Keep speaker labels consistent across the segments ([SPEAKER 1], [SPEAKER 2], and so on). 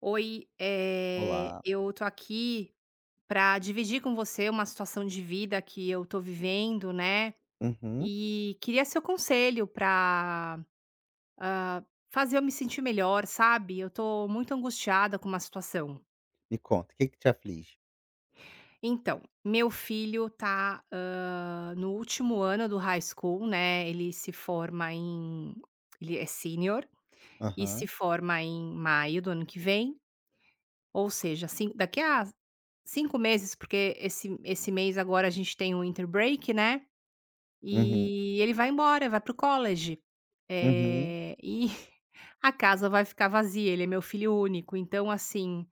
[SPEAKER 1] Oi,
[SPEAKER 2] Olá.
[SPEAKER 1] eu tô aqui pra dividir com você uma situação de vida que eu tô vivendo, né,
[SPEAKER 2] Uhum.
[SPEAKER 1] e queria seu conselho pra fazer eu me sentir melhor, sabe. Eu tô muito angustiada com uma situação.
[SPEAKER 2] Me conta, o que que te aflige?
[SPEAKER 1] Então, meu filho tá, no último ano do high school, né, ele é sênior e se
[SPEAKER 2] Aham.
[SPEAKER 1] forma em maio do ano que vem, ou seja, cin daqui a 5 meses, porque esse mês agora a gente tem o winter break, né,
[SPEAKER 2] Uhum.
[SPEAKER 1] e ele vai embora, vai pro o college,
[SPEAKER 2] Uhum.
[SPEAKER 1] e a casa vai ficar vazia, ele é meu filho único, então assim,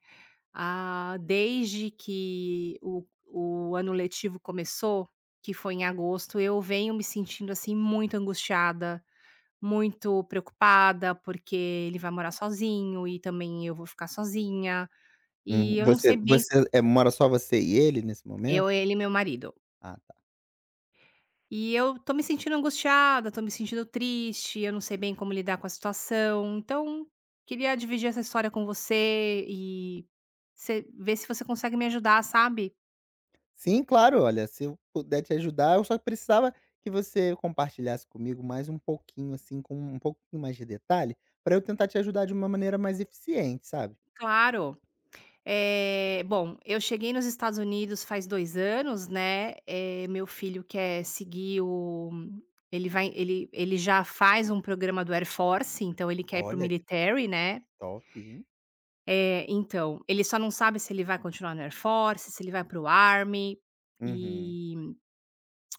[SPEAKER 1] ah, desde que o ano letivo começou, que foi em agosto, eu venho me sentindo, assim, muito angustiada, muito preocupada, porque ele vai morar sozinho e também eu vou ficar sozinha,
[SPEAKER 2] Uhum.
[SPEAKER 1] e eu não
[SPEAKER 2] Você
[SPEAKER 1] sei bem
[SPEAKER 2] você, eh, mora só você e ele nesse momento?
[SPEAKER 1] eu, ele e meu marido.
[SPEAKER 2] Ah, tá.
[SPEAKER 1] E eu tô me sentindo angustiada, tô me sentindo triste, eu não sei bem como lidar com a situação. Então, queria dividir essa história com você e você ver se você consegue me ajudar, sabe?
[SPEAKER 2] Sim, claro, olha, se eu puder te ajudar, eu só precisava que você compartilhasse comigo mais um pouquinho, assim, com um pouquinho mais de detalhe, para eu tentar te ajudar de uma maneira mais eficiente, sabe.
[SPEAKER 1] Claro. Bom, eu cheguei nos Estados Unidos faz 2 anos, né, meu filho quer seguir o ele vai ele ele já faz um programa do Air Force, então ele quer ir para o
[SPEAKER 2] Olha, que
[SPEAKER 1] military, né.
[SPEAKER 2] top, hein.
[SPEAKER 1] É, então, ele só não sabe se ele vai continuar no Air Force, se ele vai para o Army,
[SPEAKER 2] Uhum.
[SPEAKER 1] e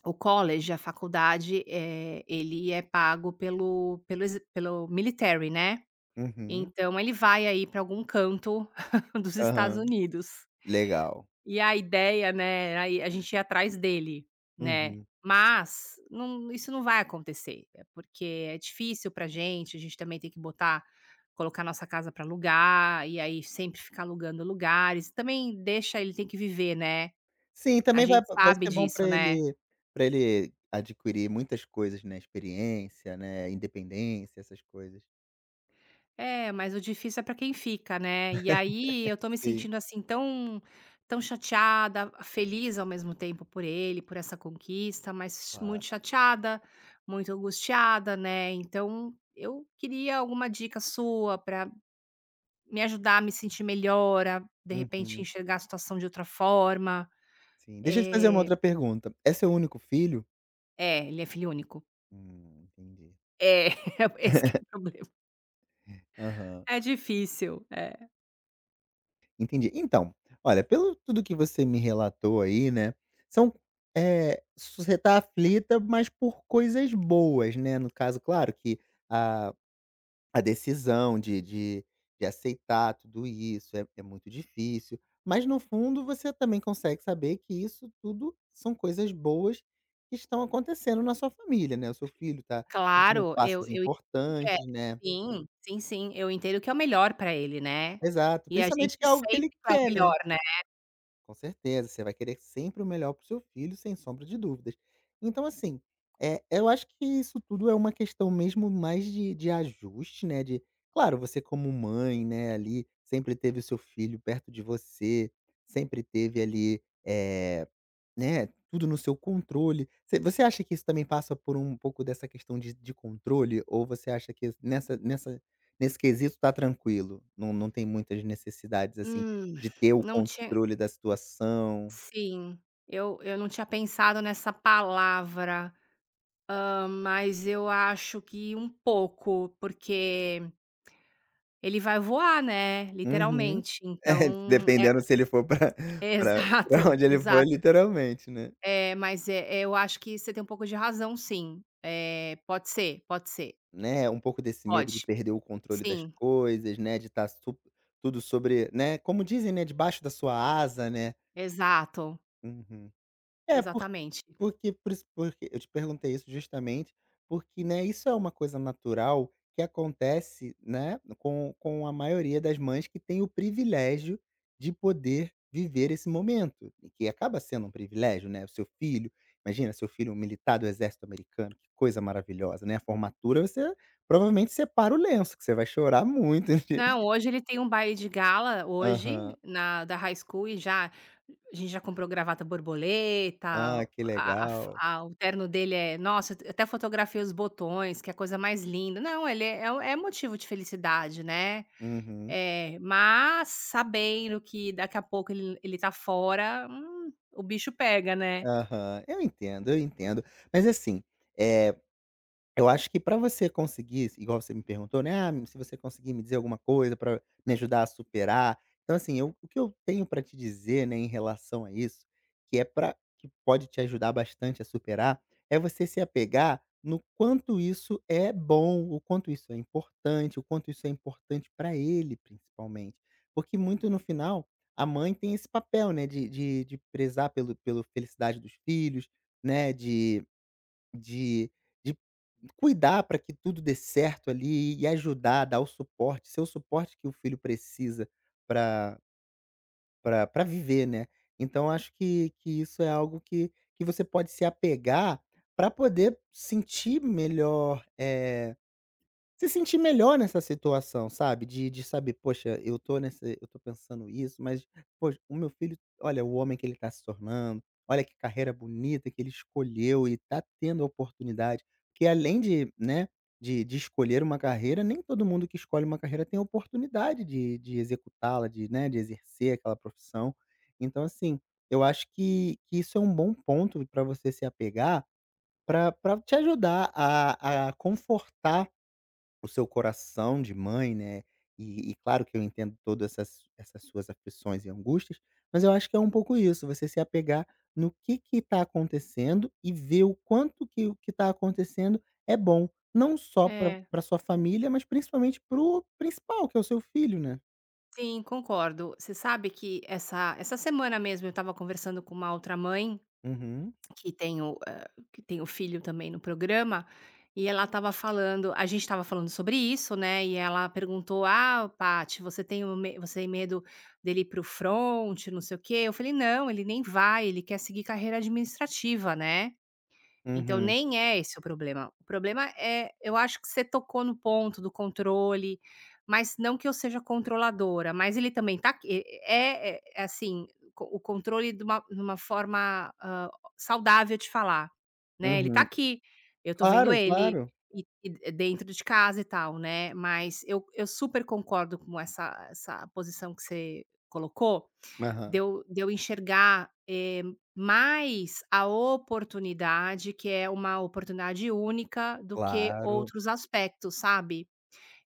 [SPEAKER 1] o college, a faculdade, ele é pago pelo military, né.
[SPEAKER 2] Uhum.
[SPEAKER 1] Então ele vai aí para algum canto dos Estados
[SPEAKER 2] Aham.
[SPEAKER 1] Unidos.
[SPEAKER 2] Legal.
[SPEAKER 1] E a ideia, né, aí a gente ir atrás dele, né.
[SPEAKER 2] Uhum.
[SPEAKER 1] Mas isso não vai acontecer, porque é difícil pra gente, a gente também tem que botar colocar nossa casa pra alugar, e aí sempre ficar alugando lugares, também deixa ele tem que viver, né.
[SPEAKER 2] Sim,
[SPEAKER 1] A
[SPEAKER 2] também vai
[SPEAKER 1] gente
[SPEAKER 2] vai
[SPEAKER 1] sabe
[SPEAKER 2] ser bom para
[SPEAKER 1] disso, né.
[SPEAKER 2] ele para ele adquirir muitas coisas, né, experiência, né, independência, essas coisas.
[SPEAKER 1] É, mas o difícil é pra quem fica, né. E aí eu tô me
[SPEAKER 2] Sim.
[SPEAKER 1] sentindo, assim, tão tão chateada, feliz ao mesmo tempo por ele, por essa conquista, mas
[SPEAKER 2] Claro.
[SPEAKER 1] muito chateada, muito angustiada, né. Então eu queria alguma dica sua pra me ajudar a me sentir melhor, a de repente
[SPEAKER 2] Uhum,
[SPEAKER 1] enxergar a situação de outra forma.
[SPEAKER 2] sim. Deixa eu te fazer uma
[SPEAKER 1] Eh
[SPEAKER 2] outra pergunta. É seu único filho?
[SPEAKER 1] ele é filho único.
[SPEAKER 2] Entendi.
[SPEAKER 1] É, esse que é o problema.
[SPEAKER 2] Aham,
[SPEAKER 1] É difícil, é.
[SPEAKER 2] entendi. Então, olha, pelo tudo que você me relatou aí, né, são, você tá aflita, mas por coisas boas, né, no caso, claro que a A decisão de aceitar tudo isso é muito difícil, mas no fundo você também consegue saber que isso tudo são coisas boas que estão acontecendo na sua família, né, o seu filho tá dando
[SPEAKER 1] Claro, eu
[SPEAKER 2] passos
[SPEAKER 1] eu entendo que é
[SPEAKER 2] importantes, né.
[SPEAKER 1] sim, sim, sim, eu entendo que é o melhor pra ele, né.
[SPEAKER 2] Exato,
[SPEAKER 1] E a
[SPEAKER 2] principalmente
[SPEAKER 1] gente
[SPEAKER 2] que é algo que
[SPEAKER 1] sempre
[SPEAKER 2] ele
[SPEAKER 1] quer o
[SPEAKER 2] quer, né.
[SPEAKER 1] melhor, né.
[SPEAKER 2] Com certeza, você vai querer sempre o melhor para o seu filho, sem sombra de dúvidas. Então, assim, eu acho que isso tudo é uma questão mesmo mais de ajuste, né, de claro, você como mãe, né, ali, sempre teve o seu filho perto de você, sempre teve ali, né, tudo no seu controle. Você acha que isso também passa por um pouco dessa questão de controle ou você acha que nessa nessa nesse quesito tá tranquilo, não tem muitas necessidades, assim,
[SPEAKER 1] Hum,
[SPEAKER 2] de ter o
[SPEAKER 1] não tinha
[SPEAKER 2] controle da situação?
[SPEAKER 1] sim, eu não tinha pensado nessa palavra, mas eu acho que um pouco, porque ele vai voar, né,
[SPEAKER 2] Uhum.
[SPEAKER 1] literalmente,
[SPEAKER 2] É, dependendo se ele for pra
[SPEAKER 1] é exato,
[SPEAKER 2] pra pra onde ele for,
[SPEAKER 1] exato.
[SPEAKER 2] literalmente, né.
[SPEAKER 1] Eu acho que você tem um pouco de razão sim. É, pode ser, pode ser,
[SPEAKER 2] Né, um pouco desse medo de
[SPEAKER 1] pode,
[SPEAKER 2] perder o controle das
[SPEAKER 1] sim.
[SPEAKER 2] coisas, né, de estar tudo sobre, né, como dizem, né, debaixo da sua asa, né.
[SPEAKER 1] Exato,
[SPEAKER 2] Uhum. É.
[SPEAKER 1] exatamente.
[SPEAKER 2] Porque eu te perguntei isso justamente, porque, né, isso é uma coisa natural que acontece, né, com a maioria das mães que tem o privilégio de poder viver esse momento, e que acaba sendo um privilégio, né, o seu filho imagina seu filho um militar do exército americano, que coisa maravilhosa, né, a formatura você provavelmente separa o lenço, que você vai chorar muito.
[SPEAKER 1] Não, hoje ele tem um baile de gala, hoje,
[SPEAKER 2] Aham.
[SPEAKER 1] na da high school e já a gente já comprou gravata borboleta, a
[SPEAKER 2] Ah, que
[SPEAKER 1] a
[SPEAKER 2] legal.
[SPEAKER 1] a o terno dele é nossa, eu até fotografei os botões, que é a coisa mais linda. Não, ele é é um, é motivo de felicidade, né.
[SPEAKER 2] Uhum.
[SPEAKER 1] É, mas sabendo que daqui a pouco ele tá fora, o bicho pega, né.
[SPEAKER 2] Aham. Eu entendo, eu entendo. Mas assim, é eu acho que para você conseguir, igual você me perguntou, né: "Ah, se você conseguir me dizer alguma coisa para me ajudar a superar". Então, assim, eu o que eu tenho para te dizer, né, em relação a isso, que é para que pode te ajudar bastante a superar, é você se apegar no quanto isso é bom, o quanto isso é importante, o quanto isso é importante para ele, principalmente. Porque muito no final, a mãe tem esse papel, né, de prezar pelo felicidade dos filhos, né, de de cuidar para que tudo dê certo ali e ajudar, dar o suporte, ser o suporte que o filho precisa para pra pra viver, né. Então acho que isso é algo que você pode se apegar para poder sentir melhor, se sentir melhor nessa situação, sabe, de saber: "Poxa, eu tô pensando isso, mas, poxa, o meu filho, olha o homem que ele tá se tornando, olha que carreira bonita que ele escolheu e tá tendo a oportunidade", porque além de, né, de escolher uma carreira, nem todo mundo que escolhe uma carreira tem a oportunidade de executá-la, de, né, de exercer aquela profissão. Então, assim, eu acho que isso é um bom ponto para você se apegar para pra te ajudar a confortar o seu coração de mãe, né, e claro que eu entendo todas essas suas aflições e angústias, mas eu acho que é um pouco isso, você se apegar no que está acontecendo e ver o quanto que o que está acontecendo é bom, não só para
[SPEAKER 1] É,
[SPEAKER 2] pra sua família, mas principalmente para o principal, que é o seu filho, né.
[SPEAKER 1] sim, concordo. Você sabe que essa semana mesmo eu estava conversando com uma outra mãe
[SPEAKER 2] Uhum,
[SPEAKER 1] que tem o filho também no programa, e ela estava falando sobre isso, né, e ela perguntou: "Ah, Paty, você tem medo dele ir para front, não sei o quê?" Eu falei: "Não, ele nem vai, ele quer seguir carreira administrativa, né". Então
[SPEAKER 2] uhum,
[SPEAKER 1] nem é esse o problema. O problema é eu acho que você tocou no ponto do controle, mas não que eu seja controladora, mas ele também tá q é assim, co o controle de uma forma, saudável de falar, né, ele tá
[SPEAKER 2] uhum.
[SPEAKER 1] aqui, eu tô vendo
[SPEAKER 2] Claro,
[SPEAKER 1] ele,
[SPEAKER 2] claro.
[SPEAKER 1] e dentro de casa e tal, né, mas eu super concordo com essa posição que você colocou, de
[SPEAKER 2] Aham.
[SPEAKER 1] eu de eu enxergar, mais a oportunidade, que é uma oportunidade única, do que
[SPEAKER 2] Claro,
[SPEAKER 1] outros aspectos, sabe.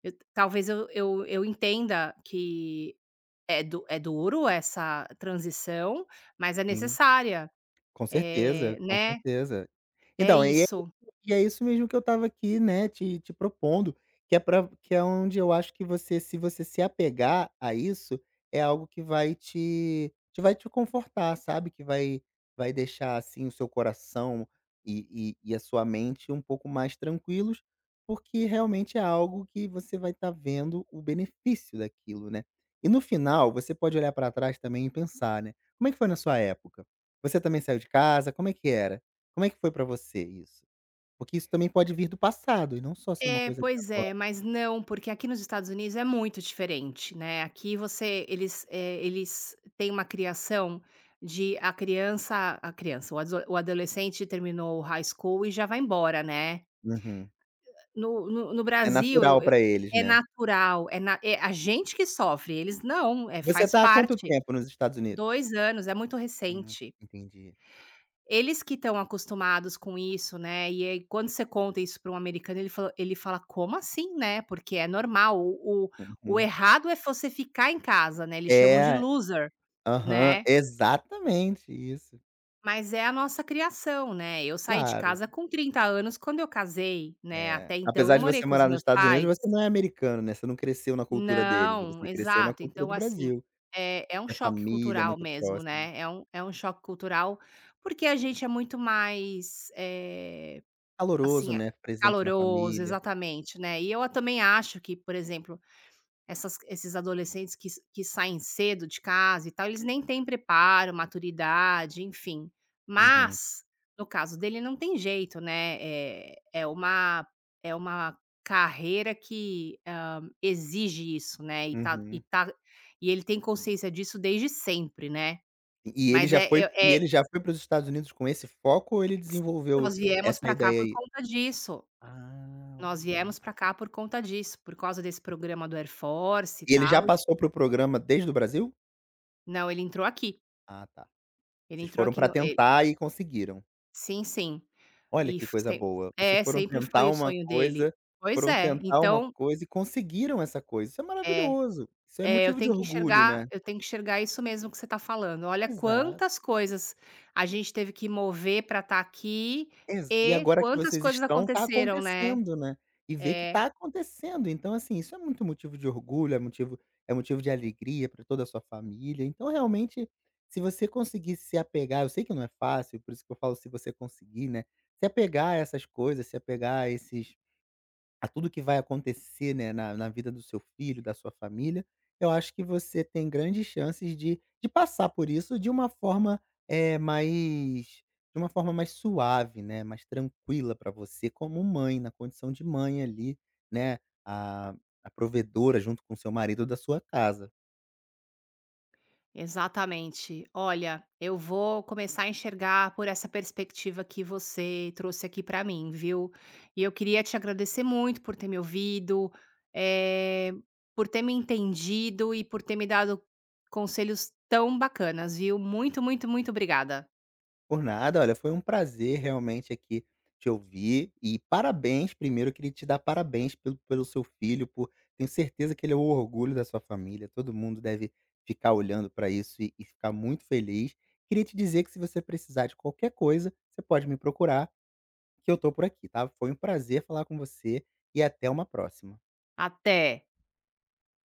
[SPEAKER 1] Eu talvez eu entenda que é du é duro essa transição, mas é
[SPEAKER 2] sim.
[SPEAKER 1] necessária,
[SPEAKER 2] Com certeza, com
[SPEAKER 1] né.
[SPEAKER 2] certeza.
[SPEAKER 1] É
[SPEAKER 2] Então. e
[SPEAKER 1] isso.
[SPEAKER 2] E é isso mesmo que eu estava aqui, né, te propondo, que é para que é onde eu acho que você se apegar a isso, é algo que vai te confortar, sabe, que vai deixar, assim, o seu coração e a sua mente um pouco mais tranquilos, porque realmente é algo que você vai estar vendo o benefício daquilo, né. E no final, você pode olhar para trás também e pensar, né, como é que foi na sua época? Você também saiu de casa, como é que era? Como é que foi para você isso? Porque isso também pode vir do passado e não só ser uma
[SPEAKER 1] É,
[SPEAKER 2] coisa de
[SPEAKER 1] pois
[SPEAKER 2] agora.
[SPEAKER 1] é, mas não, porque aqui nos Estados Unidos é muito diferente, né, aqui você eles, eles têm uma criação de a criança, o adzo o adolescente terminou o high school e já vai embora, né.
[SPEAKER 2] Uhum.
[SPEAKER 1] No
[SPEAKER 2] É
[SPEAKER 1] Brasil
[SPEAKER 2] natural
[SPEAKER 1] eu
[SPEAKER 2] pra eles,
[SPEAKER 1] é
[SPEAKER 2] né.
[SPEAKER 1] natural, é na é a gente que sofre, eles não, é
[SPEAKER 2] Você
[SPEAKER 1] faz
[SPEAKER 2] tá há quanto
[SPEAKER 1] parte.
[SPEAKER 2] tempo nos Estados Unidos?
[SPEAKER 1] 2 anos, é muito recente.
[SPEAKER 2] Entendi.
[SPEAKER 1] Eles que estão acostumados com isso, né, e aí quando você conta isso para um americano ele fala: "Como assim, né?" Porque é normal, o
[SPEAKER 2] Uhum.
[SPEAKER 1] errado é você ficar em casa, né, eles chamam de
[SPEAKER 2] É.
[SPEAKER 1] loser,
[SPEAKER 2] Aham.
[SPEAKER 1] né.
[SPEAKER 2] Exatamente isso.
[SPEAKER 1] Mas é a nossa criação, né, eu saí de
[SPEAKER 2] Claro.
[SPEAKER 1] casa com 30 anos quando eu casei, né,
[SPEAKER 2] É.
[SPEAKER 1] até então eu
[SPEAKER 2] Apesar de
[SPEAKER 1] morei
[SPEAKER 2] você
[SPEAKER 1] com os
[SPEAKER 2] morar nos
[SPEAKER 1] meus
[SPEAKER 2] Estados Unidos,
[SPEAKER 1] pais.
[SPEAKER 2] você não é americano, né, você não cresceu na cultura deles,
[SPEAKER 1] Não,
[SPEAKER 2] você cresceu na
[SPEAKER 1] exato,
[SPEAKER 2] cultura
[SPEAKER 1] então
[SPEAKER 2] do
[SPEAKER 1] assim,
[SPEAKER 2] Brasil,
[SPEAKER 1] é um
[SPEAKER 2] que é
[SPEAKER 1] choque
[SPEAKER 2] família,
[SPEAKER 1] cultural
[SPEAKER 2] muito
[SPEAKER 1] mesmo,
[SPEAKER 2] próximo.
[SPEAKER 1] né, é um choque cultural, porque a gente é muito mais,
[SPEAKER 2] Caloroso,
[SPEAKER 1] Assim, é
[SPEAKER 2] né, presente na
[SPEAKER 1] caloroso,
[SPEAKER 2] família.
[SPEAKER 1] exatamente, né. E eu a também acho que, por exemplo, essas esses adolescentes que saem cedo de casa e tal, eles nem têm preparo, maturidade, enfim.
[SPEAKER 2] Uhum,
[SPEAKER 1] Mas, no caso dele não tem jeito, né, é uma carreira que, exige isso, né, e tá e
[SPEAKER 2] uhum.
[SPEAKER 1] tá e ele tem consciência disso desde sempre, né.
[SPEAKER 2] E ele
[SPEAKER 1] Mas
[SPEAKER 2] já
[SPEAKER 1] é
[SPEAKER 2] foi
[SPEAKER 1] eu
[SPEAKER 2] e
[SPEAKER 1] é
[SPEAKER 2] ele já foi para os Estados Unidos com esse foco ou ele
[SPEAKER 1] sim,
[SPEAKER 2] desenvolveu
[SPEAKER 1] nós viemos
[SPEAKER 2] essa
[SPEAKER 1] para cá
[SPEAKER 2] ideia
[SPEAKER 1] por
[SPEAKER 2] aí?
[SPEAKER 1] conta disso.
[SPEAKER 2] Ah,
[SPEAKER 1] Nós
[SPEAKER 2] ok.
[SPEAKER 1] viemos para cá por conta disso, por causa desse programa do Air Force e
[SPEAKER 2] E ele já
[SPEAKER 1] tal.
[SPEAKER 2] passou para o programa desde o Brasil?
[SPEAKER 1] Não, ele entrou aqui.
[SPEAKER 2] Ah, tá.
[SPEAKER 1] Ele
[SPEAKER 2] Vocês
[SPEAKER 1] entrou
[SPEAKER 2] foram
[SPEAKER 1] aqui
[SPEAKER 2] para
[SPEAKER 1] no e
[SPEAKER 2] tentar e conseguiram.
[SPEAKER 1] sim, sim.
[SPEAKER 2] Olha
[SPEAKER 1] E
[SPEAKER 2] que
[SPEAKER 1] f
[SPEAKER 2] coisa
[SPEAKER 1] sem
[SPEAKER 2] boa. Vocês
[SPEAKER 1] é,
[SPEAKER 2] foram
[SPEAKER 1] sempre
[SPEAKER 2] tentar
[SPEAKER 1] foi o
[SPEAKER 2] uma
[SPEAKER 1] sonho dele.
[SPEAKER 2] coisa
[SPEAKER 1] Pois é, então
[SPEAKER 2] e conseguiram essa coisa. Isso é
[SPEAKER 1] é,
[SPEAKER 2] maravilhoso. Isso é
[SPEAKER 1] é,
[SPEAKER 2] motivo de orgulho, né.
[SPEAKER 1] eu tenho que enxergar isso mesmo que você está falando. Olha
[SPEAKER 2] Exato.
[SPEAKER 1] quantas coisas a gente teve que mover para estar aqui
[SPEAKER 2] Exa e
[SPEAKER 1] e
[SPEAKER 2] agora que
[SPEAKER 1] quantas
[SPEAKER 2] vocês
[SPEAKER 1] coisas
[SPEAKER 2] estão, tá
[SPEAKER 1] aconteceram, né.
[SPEAKER 2] acontecendo, né. E ver que
[SPEAKER 1] É.
[SPEAKER 2] tá acontecendo, então assim, isso é muito motivo de orgulho, é motivo de alegria pra toda a sua família, então realmente, se você conseguir se apegar eu sei que não é fácil, por isso que eu falo se você conseguir, né, se apegar a essas coisas, se apegar a tudo que vai acontecer, né, na vida do seu filho, da sua família, eu acho que você tem grandes chances de passar por isso de uma forma, é mais de uma forma mais suave, né, mais tranquila para você como mãe, na condição de mãe ali, né, a a provedora junto com o seu marido da sua casa.
[SPEAKER 1] Exatamente. Olha, eu vou começar a enxergar por essa perspectiva que você trouxe aqui para mim, viu? E eu queria te agradecer muito por ter me ouvido, eh, por ter me entendido e por ter me dado conselhos tão bacanas, viu? Muito, muito, muito obrigada.
[SPEAKER 2] Por nada, olha, foi um prazer realmente aqui te ouvir e parabéns, primeiro eu queria te dar parabéns pelo seu filho, por tenho certeza que ele é o orgulho da sua família, todo mundo deve ficar olhando para isso e ficar muito feliz. Queria te dizer que se você precisar de qualquer coisa, você pode me procurar que eu tô por aqui, tá. Foi um prazer falar com você e até uma próxima.
[SPEAKER 1] Até!